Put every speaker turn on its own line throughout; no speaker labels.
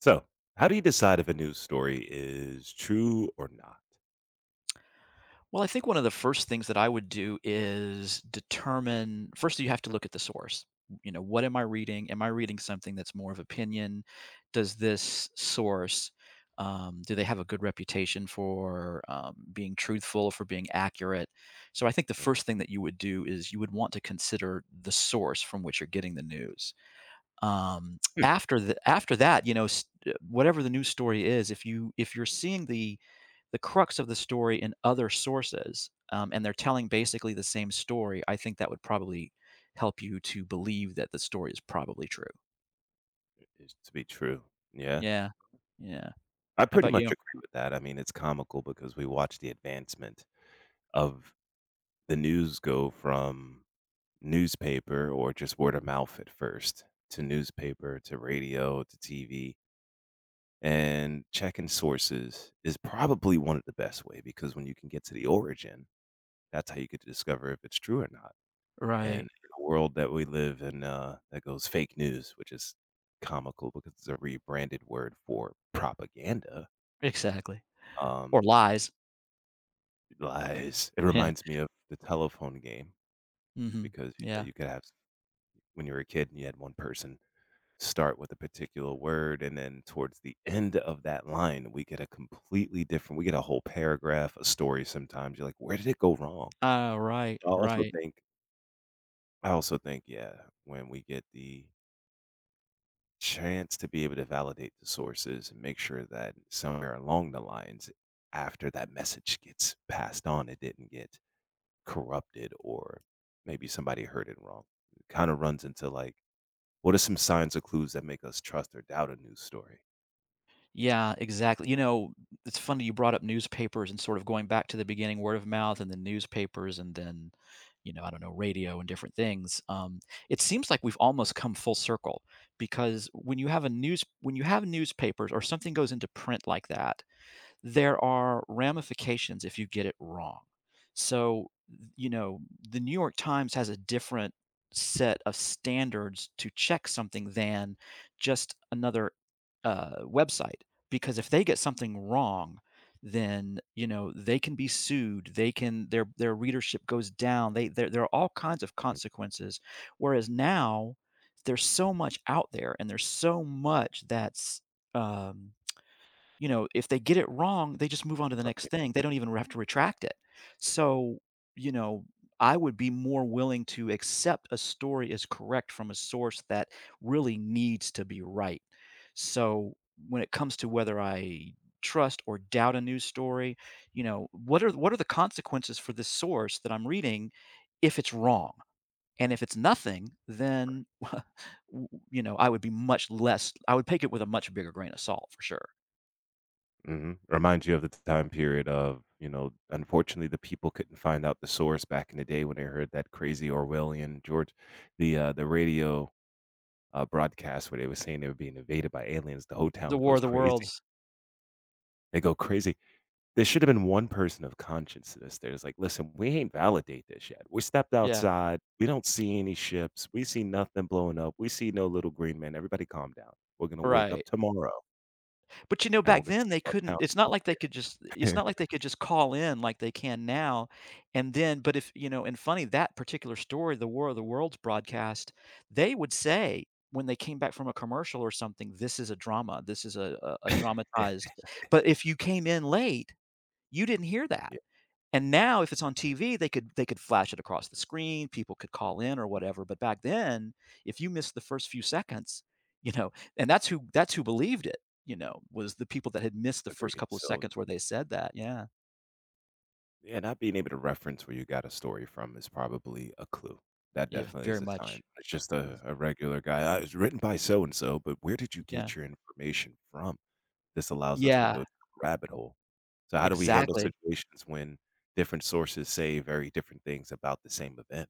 So, how do you decide if a news story is true or not?
Well, I think one of the first things that I would do is determine first, you have to look at the source. You know, what am I reading? Am I reading something that's more of opinion? Does this source, do they have a good reputation for being truthful, for being accurate? So I think the first thing that you would do is you would want to consider the source from which you're getting the news.
Hmm,
After the after that, you know, s Whatever the news story is, if you're seeing the crux of the story in other sources, and they're telling basically the same story, I think that would probably help you to believe that the story is probably true.
is to be true. Yeah.
Yeah. Yeah.
I
How
pretty
about
much
you?
agree with that. I mean, it's comical because we watch the advancement of the news go from newspaper or just word of mouth at first, to newspaper, to radio, to TV. And checking sources is probably one of the best way, because when you can get to the origin, that's how you could discover if it's true or not. And in
Right.
the world that we live in, that goes fake news, which is comical because it's a rebranded word for propaganda,
Exactly. Or
um,
lies.
lies. It
Yeah.
reminds me of the telephone game
Mhm.
because, you know,
Yeah.
you could have when you were a kid and you had one person start with a particular word, and then towards the end of that line, we get a completely different, we get a whole paragraph, a story sometimes, you're like, "Where did it go wrong?"
Ah, right,
I also
right.
think I also think, yeah, when we get the chance to be able to validate the sources and make sure that somewhere along the lines after that message gets passed on, it didn't get corrupted, or maybe somebody heard it wrong. It kind of runs into like, what are some signs or clues that make us trust or doubt a news story?
Yeah, exactly. You know, it's funny you brought up newspapers and sort of going back to the beginning, word of mouth, and then newspapers, and then, you know, I don't know, radio and different things. It seems like we've almost come full circle because when you have a news, when you have newspapers or something goes into print like that, there are ramifications if you get it wrong. So, you know, the New York Times has a different set of standards to check something than just another website because if they get something wrong, then you know they can be sued. They can their readership goes down. They there there are all kinds of consequences. Whereas now there's so much out there and there's so much that's um, you know, if they get it wrong, they just move on to the next thing. They don't even have to retract it. So, you know, I would be more willing to accept a story as correct from a source that really needs to be right. So, when it comes to whether I trust or doubt a news story, you know, what are the consequences for this source that I'm reading if it's wrong? And if it's nothing, then you know, I would be much less I would take it with a much bigger grain of salt for sure.
Hmm, reminds you of the time period of, you know, unfortunately the people couldn't find out the source back in the day when they heard that crazy Orwellian George, the radio broadcast where they were saying they were being invaded by aliens, the whole town
The War
goes
of the
crazy.
Worlds.
They go crazy. There should have been one person of conscience to this. There's like, "Listen, we ain't validate this yet. We stepped
Yeah,
outside. We don't see any ships. We see nothing blowing up. We see no little green man. Everybody calm down. We're gonna wake up
right.
tomorrow,
But, you know,
and we're
back
gonna
then,
see if
they
our
couldn't
town's
it's not
still
like they could just it's not like
here."
they could just call in like they can now, and then but if you know, and funny, that particular story, the War of the Worlds broadcast, they would say when they came back from a commercial or something, "This is a drama, this is a dramatized," but if you came in late, you didn't hear that.
Yeah,
And now if it's on TV, they could flash it across the screen, people could call in or whatever, but back then, if you missed the first few seconds, you know, and that's who believed it, you know, was the people that had missed the first
agreed.
couple of
So,
seconds where they said that, yeah.
yeah, not being able to reference where you got a story from is probably a clue. That
Yeah,
definitely is
very
a sign.
much.
It's just a
Mm.
regular guy, "Ah, it written by so and so," but where did you
Yeah.
get your information from? This allows us to
Yeah,
go to a rabbit hole. So how do we handle
exactly.
situations when different sources say very different things about the same event?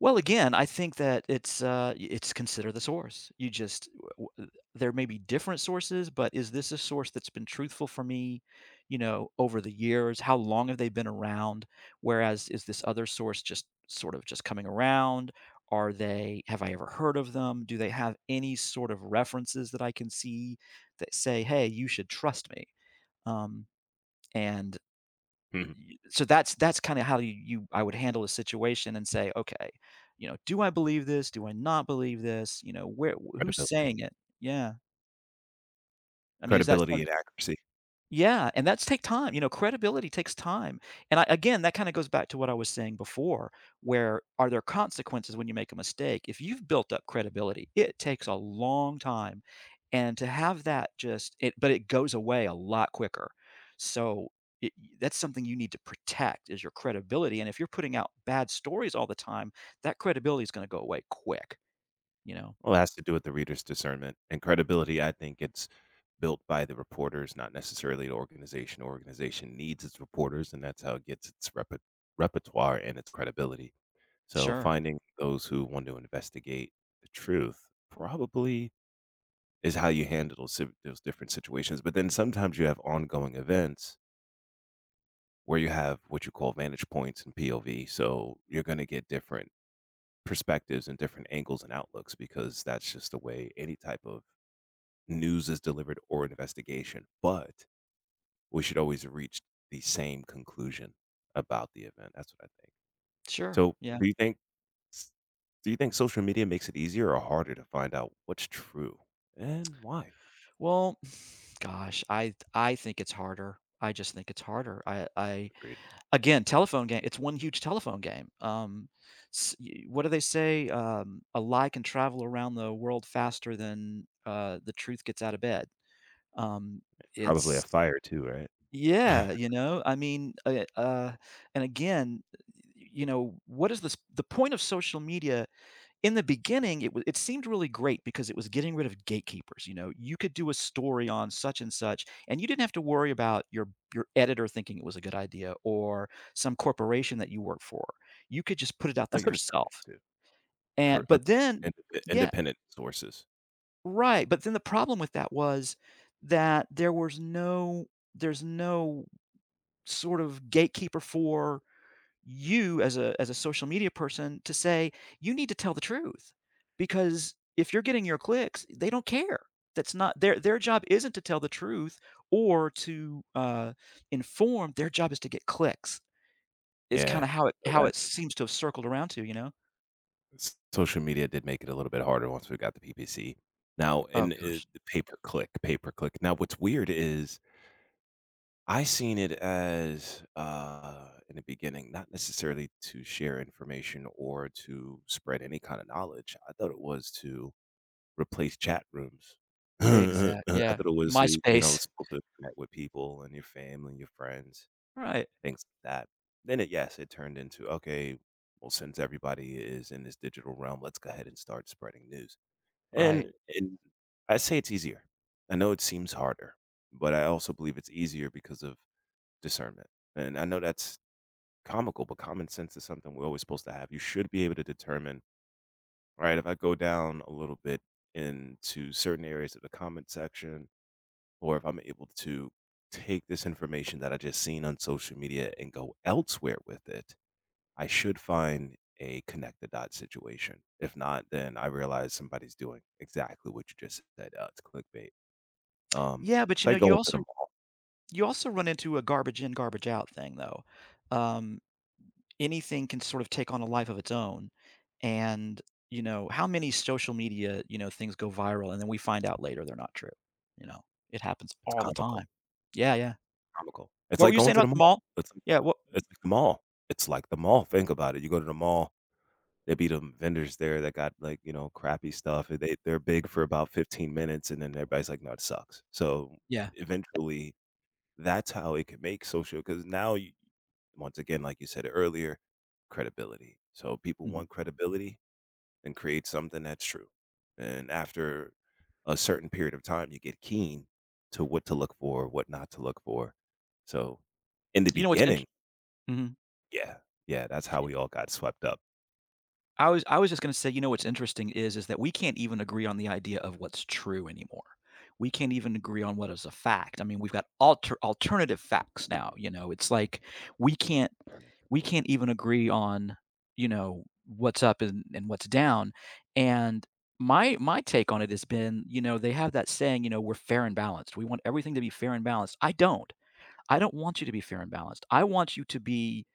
Well, again, I think that it's, y it's consider the source. You just w w there may be different sources, but is this a source that's been truthful for me, you know, over the years? How long have they been around? Whereas, is this other source just sort of just coming around? Are they have I ever heard of them? Do they have any sort of references that I can see that say, "Hey, you should trust me?" Um, and
Hmm,
so that's kind of how you, you I would handle a situation and say, okay, you know, do I believe this? Do I not believe this? You know, where who's
credibility.
saying it? Yeah, I mean, is that
Credibility
something?
and accuracy.
Yeah, and that's take time. You know, credibility takes time. And I, again, that kind of goes back to what I was saying before, where are there consequences when you make a mistake? If you've built up credibility, it takes a long time. And to have that just it but it goes away a lot quicker. So it, that's something you need to protect is your credibility. And if you're putting out bad stories all the time, that credibility is going to go away quick, you know.
Well, it has to do with the reader's discernment. And credibility, I think it's built by the reporters, not necessarily the organization. Organization needs its reporters, and that's how it gets its repertoire and its credibility. So
Sure.
finding those who want to investigate the truth probably is how you handle those different situations. But then sometimes you have ongoing events where you have what you call vantage points and POV. So you're going to get different perspectives and different angles and outlooks, because that's just the way any type of news is delivered or investigation. But we should always reach the same conclusion about the event. That's what I think.
Sure.
So
Yeah.
do you think s- do you think social media makes it easier or harder to find out what's true, and why?
Well, gosh, I think it's harder. I just think it's harder. I
Agreed.
Again, telephone game, it's one huge telephone game. What do they say? A lie can travel around the world faster than the truth gets out of bed. Um,
Probably a
it's
fire too, right?
Yeah, you know, I mean, and again, you know, what is this? The point of social media in the beginning, it was it seemed really great because it was getting rid of gatekeepers. You know, you could do a story on such and such, and you didn't have to worry about your editor thinking it was a good idea or some corporation that you work for. You could just put it out there
That's what it turned
yourself.
into. Cor
And but
agreed.
then,
Inde
yeah,
independent sources.
right. But then the problem with that was that there was no there's no sort of gatekeeper for you as a social media person to say you need to tell the truth, because if you're getting your clicks they don't care. That's not their their job isn't to tell the truth, or to inform. Their job is to get clicks, is kind
Yeah.
of
So
how
that,
it seems to have circled around to, you know.
s social media did make it a little bit harder once we got the PPC. Now
Oh
and,
god.
the pay per click, pay per click. Now what's weird is I seen it as, in the beginning, not necessarily to share information or to spread any kind of knowledge. I thought it was to replace chat rooms. I
Exact
thought
Yeah,
it was, you know,
myspace.
supposed to connect with people and your family and your friends.
Right,
Things like that. Then it, yes, it turned into, "Okay, well, since everybody is in this digital realm, let's go ahead and start spreading news."
right.
And I say it's easier. I know it seems harder, but I also believe it's easier because of discernment. And I know that's comical, but common sense is something we're always supposed to have. You should be able to determine, "All right, if I go down a little bit into certain areas of the comment section, or if I'm able to take this information that I just seen on social media and go elsewhere with it, I should find a connect the dot situation. If not, then I realize somebody's doing exactly what you just said. It's clickbait. Um,
Yeah, but
it's
you know
like going to the mall.
you also run into a garbage in garbage out thing though. um Anything can sort of take on a life of its own. And, you know, how many social media, you know, things go viral and then we find out later they're not true? You know, it happens
It's
all the time.
comical,
Yeah, yeah.
comical. It's
What were
like
you
going
saying
to the
about the
mall.
mall?
It's
Yeah,
like
what.
the mall. It's like the mall. Think about it. You go to the mall. There be the vendors there that got like, you know, crappy stuff. And They they're big for about 15 minutes, and then everybody's like, "No, it sucks." So
Yeah,
eventually, that's how it can make social, because now you, once again, like you said earlier, credibility. So people
mhm.
want credibility and create something that's true. And after a certain period of time, you get keen to what to look for, what not to look for. So in the
You know what's int
beginning,
Mhm.
yeah, yeah, that's how we all got swept up.
I was just gonna say, you know, what's interesting is that we can't even agree on the idea of what's true anymore. We can't even agree on what is a fact. I mean, we've got alternative facts now, you know, it's like we can't
Yeah,
we can't even agree on, you know, what's up and what's down. And my take on it has been, you know, they have that saying, you know, we're fair and balanced. We want everything to be fair and balanced. I don't. I don't want you to be fair and balanced. I want you to be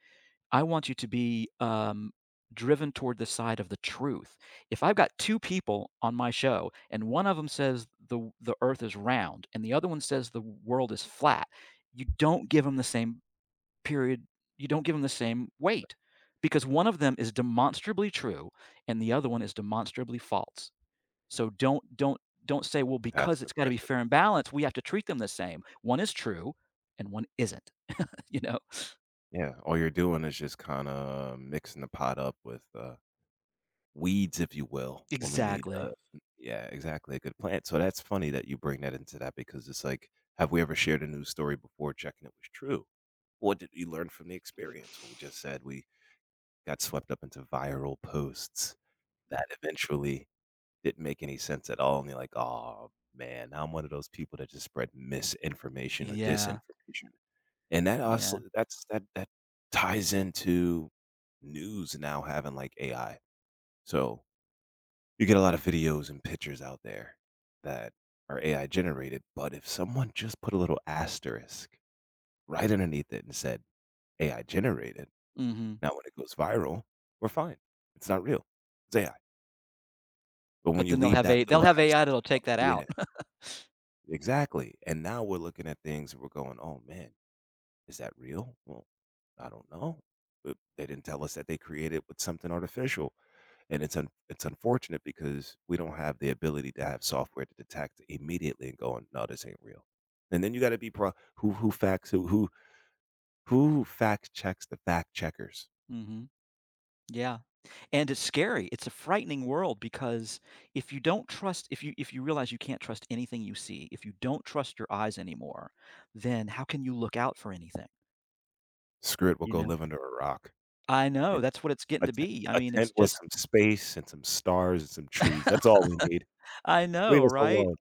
I want you to be driven toward the side of the truth. If I've got two people on my show and one of them says the earth is round and the other one says the world is flat, you don't give them the same period, you don't give them the same weight because one of them is demonstrably true and the other one is demonstrably false. So don't say, well, because
passive
it's got to be
aggressive.
fair and balanced, we have to treat them the same. One is true and one isn't, you know?
Yeah, all you're doing is just kind of mixing the pot up with weeds, if you will, when we need a
Exactly.
yeah, exactly, a good plant. So that's funny that you bring that into that, because it's like, have we ever shared a news story before checking it was true? What did we learn from the experience? What we just said, we got swept up into viral posts that eventually didn't make any sense at all. And you're like, oh man, now I'm one of those people that just spread misinformation or disinformation.
Yeah.
And that also
Yeah.
that's that ties into news now having like AI. So you get a lot of videos and pictures out there that are AI generated, but if someone just put a little asterisk right underneath it and said, "AI generated,"
Mhm.
now when it goes viral, we're fine. It's not real. It's AI. But when
But
you
then they'll
leave
have
that
a they'll
little
have AI
asterisk,
that'll take that
yeah,
out.
exactly, and now we're looking at things and we're going, "Oh, man, is that real? Well, I don't know. But they didn't tell us that they created with something artificial." And it's unfortunate because we don't have the ability to have software to detect immediately and going, "No, this ain't real." And then you gotta be pro who facts who fact checks the fact checkers?
Mhm. Yeah. And it's scary. It's a frightening world because if you don't trust if you realize you can't trust anything you see, if you don't trust your eyes anymore, then how can you look out for anything,
Screw it, we'll
you
go
know?
live under a rock.
I
Yeah,
know, that's what it's getting
a
to be. I mean, it's
tent with
just
some space and some stars and some trees, that's all we need.
I know,
Leave us
right?
alone.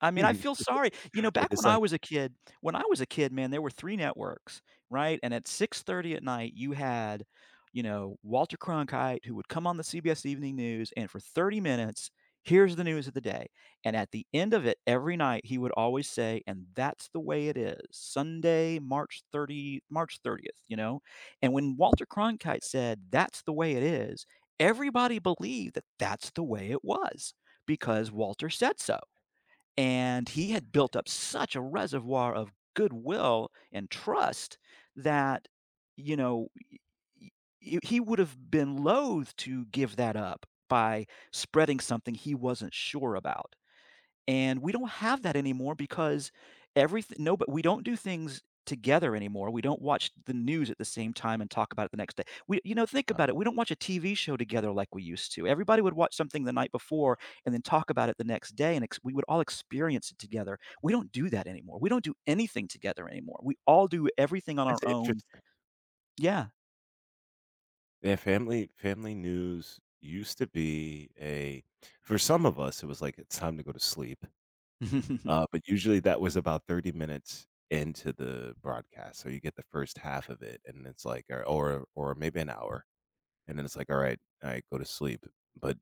I mean, I feel
But
sorry. You know, back
it's
when I
like,
was a kid when I was a kid, man, there were 3 networks, right? And at 6:30 at night, you had, you know, Walter Cronkite, who would come on the CBS Evening News, and for 30 minutes, here's the news of the day. And at the end of it, every night, he would always say, "And that's the way it is, Sunday, March 30th," you know? And when Walter Cronkite said, "That's the way it is," everybody believed that that's the way it was because Walter said so. And he had built up such a reservoir of goodwill and trust that, you know, y- he would have been loath to give that up by spreading something he wasn't sure about. And we don't have that anymore because everything no, but we don't do things together anymore. We don't watch the news at the same time and talk about it the next day. We you know, think
"No,
about it. We don't watch a TV show together like we used to. Everybody would watch something the night
no."
before and then talk about it the next day, and we would all experience it together. We don't do that anymore. We don't do anything together anymore. We all do everything on our
That's
own.
interesting.
Yeah.
Yeah, family news used to be a for some of us, it was like, "It's time to go to sleep,"
That,
but usually that was about 30 minutes into the broadcast, so you get the first half of it, and it's like, or maybe an hour, and then it's like, "Alright, alright, go to sleep," but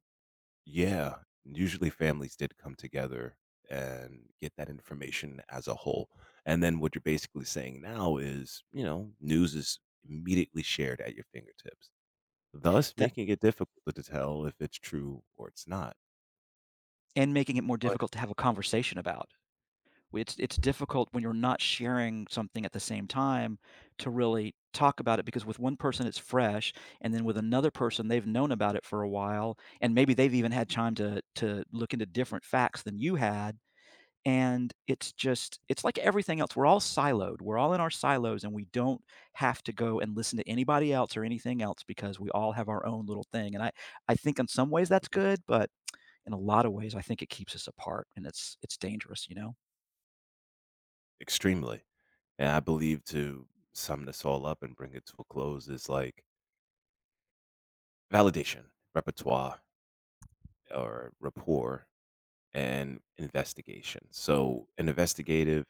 yeah, usually families did come together and get that information as a whole, and then what you're basically saying now is, you know, news is immediately shared at your fingertips, thus making it difficult to tell if it's true or it's not.
and making it more
But
difficult to have a
yeah,
conversation about. It's difficult when you're not sharing something at the same time to really talk about it because with one person it's fresh, and then with another person they've known about it for a while, and maybe they've even had time to look into different facts than you had, and it's just it's like everything else, we're all siloed, we're all in our silos, and we don't have to go and listen to anybody else or anything else because we all have our own little thing, and I think in some ways that's
mhm,
good, but in a lot of ways I think it keeps us apart, and it's dangerous, you know?
extremely. And I believe to sum this all up and bring it to a close is like validation, repertoire, or rapport, and investigation. So, an investigative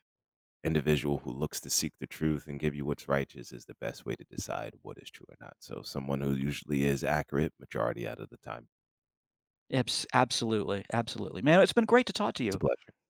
individual who looks to seek the truth and give you what's righteous is the best way to decide what is true or not. So, someone who usually is accurate majority out of the time.
Absolutely, absolutely. Man, it's been great to talk to
It's a
you.
pleasure.